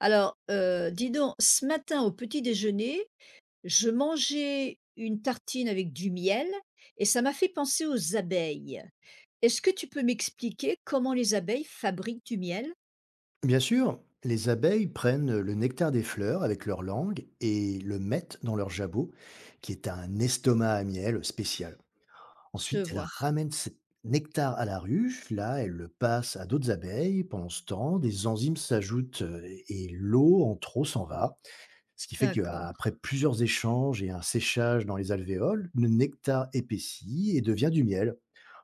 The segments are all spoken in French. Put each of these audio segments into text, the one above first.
Alors, dis donc, ce matin au petit déjeuner, je mangeais une tartine avec du miel et ça m'a fait penser aux abeilles. Est-ce que tu peux m'expliquer comment les abeilles fabriquent du miel? Bien sûr, les abeilles prennent le nectar des fleurs avec leur langue et le mettent dans leur jabot, qui est un estomac à miel spécial. Je Ensuite, elles vois, ramènent ce nectar à la ruche, là, elles le passent à d'autres abeilles. Pendant ce temps, des enzymes s'ajoutent et l'eau en trop s'en va. Ce qui fait d'accord. qu'après plusieurs échanges et un séchage dans les alvéoles, le nectar épaissit et devient du miel.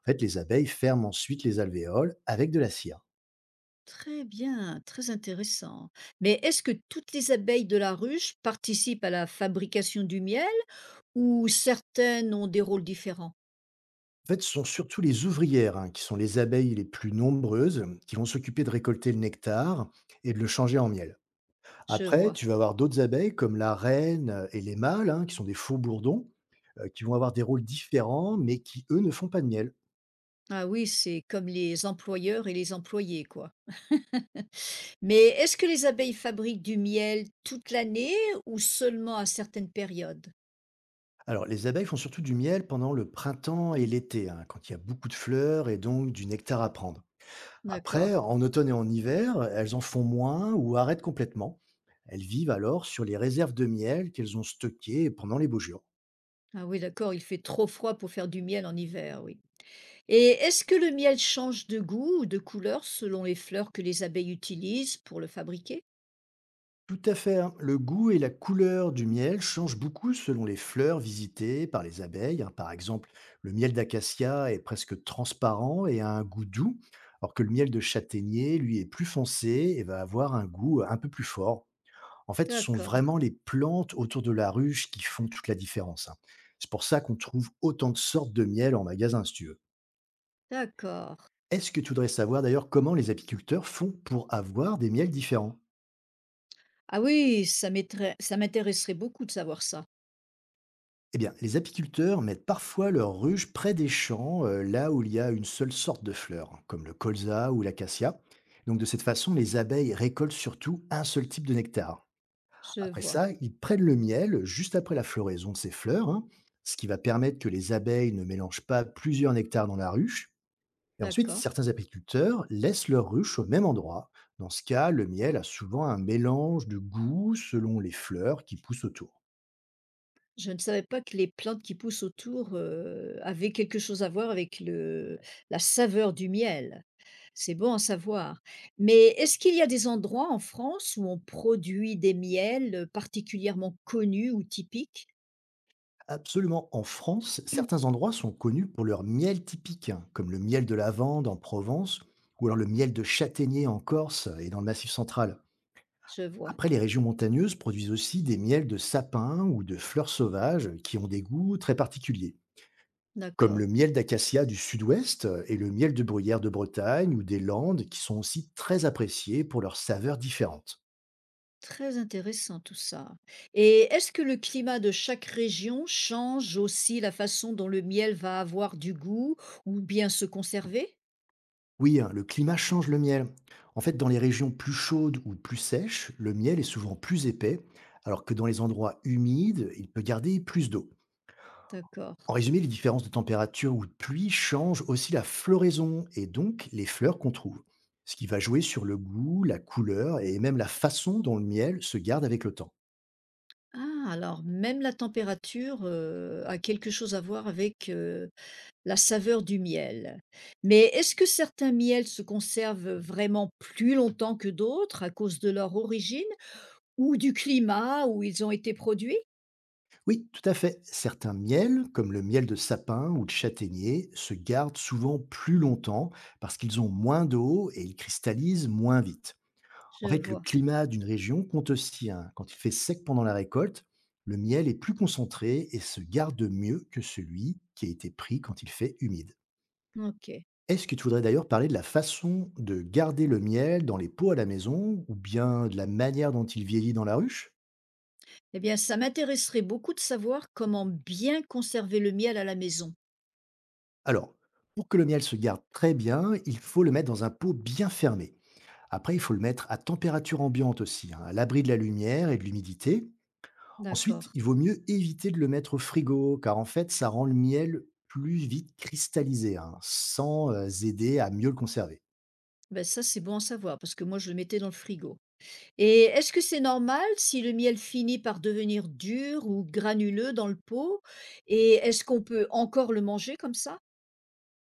En fait, les abeilles ferment ensuite les alvéoles avec de la cire. Très bien, très intéressant. Mais est-ce que toutes les abeilles de la ruche participent à la fabrication du miel ou certaines ont des rôles différents? En fait, ce sont surtout les ouvrières, hein, qui sont les abeilles les plus nombreuses, qui vont s'occuper de récolter le nectar et de le changer en miel. Je Après, vois. tu vas avoir d'autres abeilles comme la reine et les mâles, hein, qui sont des faux bourdons, qui vont avoir des rôles différents, mais qui, eux, ne font pas de miel. Ah oui, c'est comme les employeurs et les employés, quoi. Mais est-ce que les abeilles fabriquent du miel toute l'année ou seulement à certaines périodes? Alors, les abeilles font surtout du miel pendant le printemps et Mm. l'été, hein, quand il y a beaucoup de fleurs et donc du nectar à prendre. Après, D'accord. en automne et en hiver, elles en font moins ou arrêtent complètement. Elles vivent alors sur les réserves de miel qu'elles ont stockées pendant les beaux jours. Ah oui, d'accord, il fait trop froid pour faire du miel en hiver, oui. Et est-ce que le miel change de goût ou de couleur selon les fleurs que les abeilles utilisent pour le fabriquer? Tout à fait, hein. Le goût et la couleur du miel changent beaucoup selon les fleurs visitées par les abeilles, hein. Par exemple, le miel d'acacia est presque transparent et a un goût doux, alors que le miel de châtaignier, lui, est plus foncé et va avoir un goût un peu plus fort. En fait, ce sont D'accord, vraiment les plantes autour de la ruche qui font toute la différence, hein. C'est pour ça qu'on trouve autant de sortes de miel en magasin, si tu veux. d'accord. Est-ce que tu voudrais savoir d'ailleurs comment les apiculteurs font pour avoir des miels différents? Ah oui, ça m'intéresserait beaucoup de savoir ça. Eh bien, les apiculteurs mettent parfois leurs ruches près des champs, là où il y a une seule sorte de fleurs, hein, comme le colza ou l'acacia. Donc, de cette façon, les abeilles récoltent surtout un seul type de nectar. Je Après vois. ça, ils prennent le miel juste après la floraison de ces fleurs, hein, ce qui va permettre que les abeilles ne mélangent pas plusieurs nectars dans la ruche. Et ensuite, D'accord. certains apiculteurs laissent leur ruche au même endroit. Dans ce cas, le miel a souvent un mélange de goût selon les fleurs qui poussent autour. Je ne savais pas que les plantes qui poussent autour, avaient quelque chose à voir avec le la saveur du miel. C'est bon à savoir. Mais est-ce qu'il y a des endroits en France où on produit des miels, particulièrement connus ou typiques? Absolument. En France, certains endroits sont connus pour leur miel typique, hein, comme le miel de lavande en Provence, ou alors le miel de châtaignier en Corse et dans le Massif central. Je vois, Après, les régions montagneuses produisent aussi des miels de sapin ou de fleurs sauvages qui ont des goûts très particuliers, comme d'accord. le miel d'acacia du sud-ouest et le miel de bruyère de Bretagne ou des Landes qui sont aussi très appréciés pour leurs saveurs différentes. Très intéressant tout ça. Et est-ce que le climat de chaque région change aussi la façon dont le miel va avoir du goût ou bien se conserver? Oui, hein, le climat change le miel. En fait, dans les régions plus chaudes ou plus sèches, le miel est souvent plus épais, alors que dans les endroits humides, il peut garder plus d'eau. D'accord. En résumé, les différences de température ou de pluie changent aussi la floraison et donc les fleurs qu'on trouve, ce qui va jouer sur le goût, la couleur et même la façon dont le miel se garde avec le temps. Ah, alors même la température, a quelque chose à voir avec, la saveur du miel. Mais est-ce que certains miels se conservent vraiment plus longtemps que d'autres à cause de leur origine ou du climat où ils ont été produits? Oui, tout à fait. Certains miels, comme le miel de sapin ou de châtaignier, se gardent souvent plus longtemps parce qu'ils ont moins d'eau et ils cristallisent moins vite. En Je fait, le vois, climat d'une région compte aussi, hein. Quand il fait sec pendant la récolte, le miel est plus concentré et se garde mieux que celui qui a été pris quand il fait humide. OK. Est-ce que tu voudrais d'ailleurs parler de la façon de garder le miel dans les pots à la maison ou bien de la manière dont il vieillit dans la ruche? Eh bien, ça m'intéresserait beaucoup de savoir comment bien conserver le miel à la maison. Alors, pour que le miel se garde très bien, il faut le mettre dans un pot bien fermé. Après, il faut le mettre à température ambiante aussi, hein, à l'abri de la lumière et de l'humidité. Ensuite, D'accord. il vaut mieux éviter de le mettre au frigo, car en fait, ça rend le miel plus vite cristallisé, hein, sans aider à mieux le conserver. Ben ça, c'est bon à savoir parce que moi, je le mettais dans le frigo. Et est-ce que c'est normal si le miel finit par devenir dur ou granuleux dans le pot? Et est-ce qu'on peut encore le manger comme ça?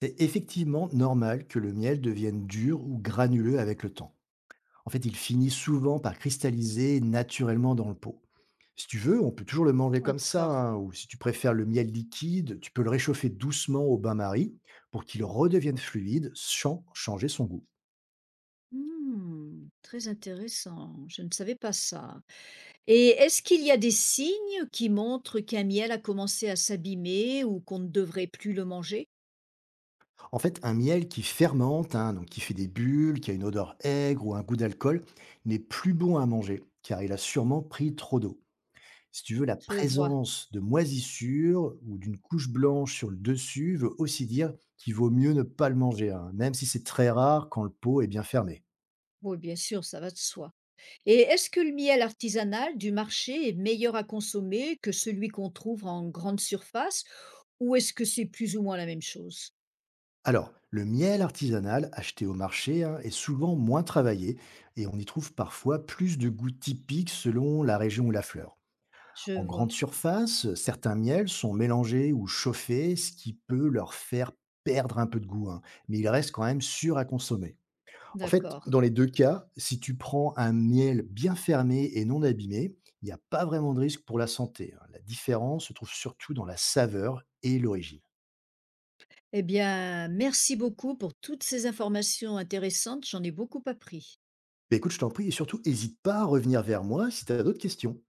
C'est effectivement normal que le miel devienne dur ou granuleux avec le temps. En fait, il finit souvent par cristalliser naturellement dans le pot. Si tu veux, on peut toujours le manger Ah, comme ça, d'accord. hein, ou si tu préfères le miel liquide, tu peux le réchauffer doucement au bain-marie pour qu'il redevienne fluide sans changer son goût. Hmm, très intéressant, je ne savais pas ça. Et est-ce qu'il y a des signes qui montrent qu'un miel a commencé à s'abîmer ou qu'on ne devrait plus le manger? En fait, un miel qui fermente, hein, donc qui fait des bulles, qui a une odeur aigre ou un goût d'alcool, n'est plus bon à manger, car il a sûrement pris trop d'eau. Si tu veux, la Je vois. présence de moisissures ou d'une couche blanche sur le dessus veut aussi dire qu'il vaut mieux ne pas le manger, hein, même si c'est très rare quand le pot est bien fermé. Oui, bien sûr, ça va de soi. Et est-ce que le miel artisanal du marché est meilleur à consommer que celui qu'on trouve en grande surface ou est-ce que c'est plus ou moins la même chose? Alors, le miel artisanal acheté au marché, hein, est souvent moins travaillé et on y trouve parfois plus de goûts typiques selon la région ou la fleur. Je En grande vois, surface, certains miels sont mélangés ou chauffés, ce qui peut leur faire perdre un peu de goût, hein, mais ils restent quand même sûrs à consommer. En fait, d'accord. dans les deux cas, si tu prends un miel bien fermé et non abîmé, il n'y a pas vraiment de risque pour la santé, hein. La différence se trouve surtout dans la saveur et l'origine. Eh bien, merci beaucoup pour toutes ces informations intéressantes, j'en ai beaucoup appris. Mais écoute, je t'en prie, et surtout, n'hésite pas à revenir vers moi si tu as d'autres questions.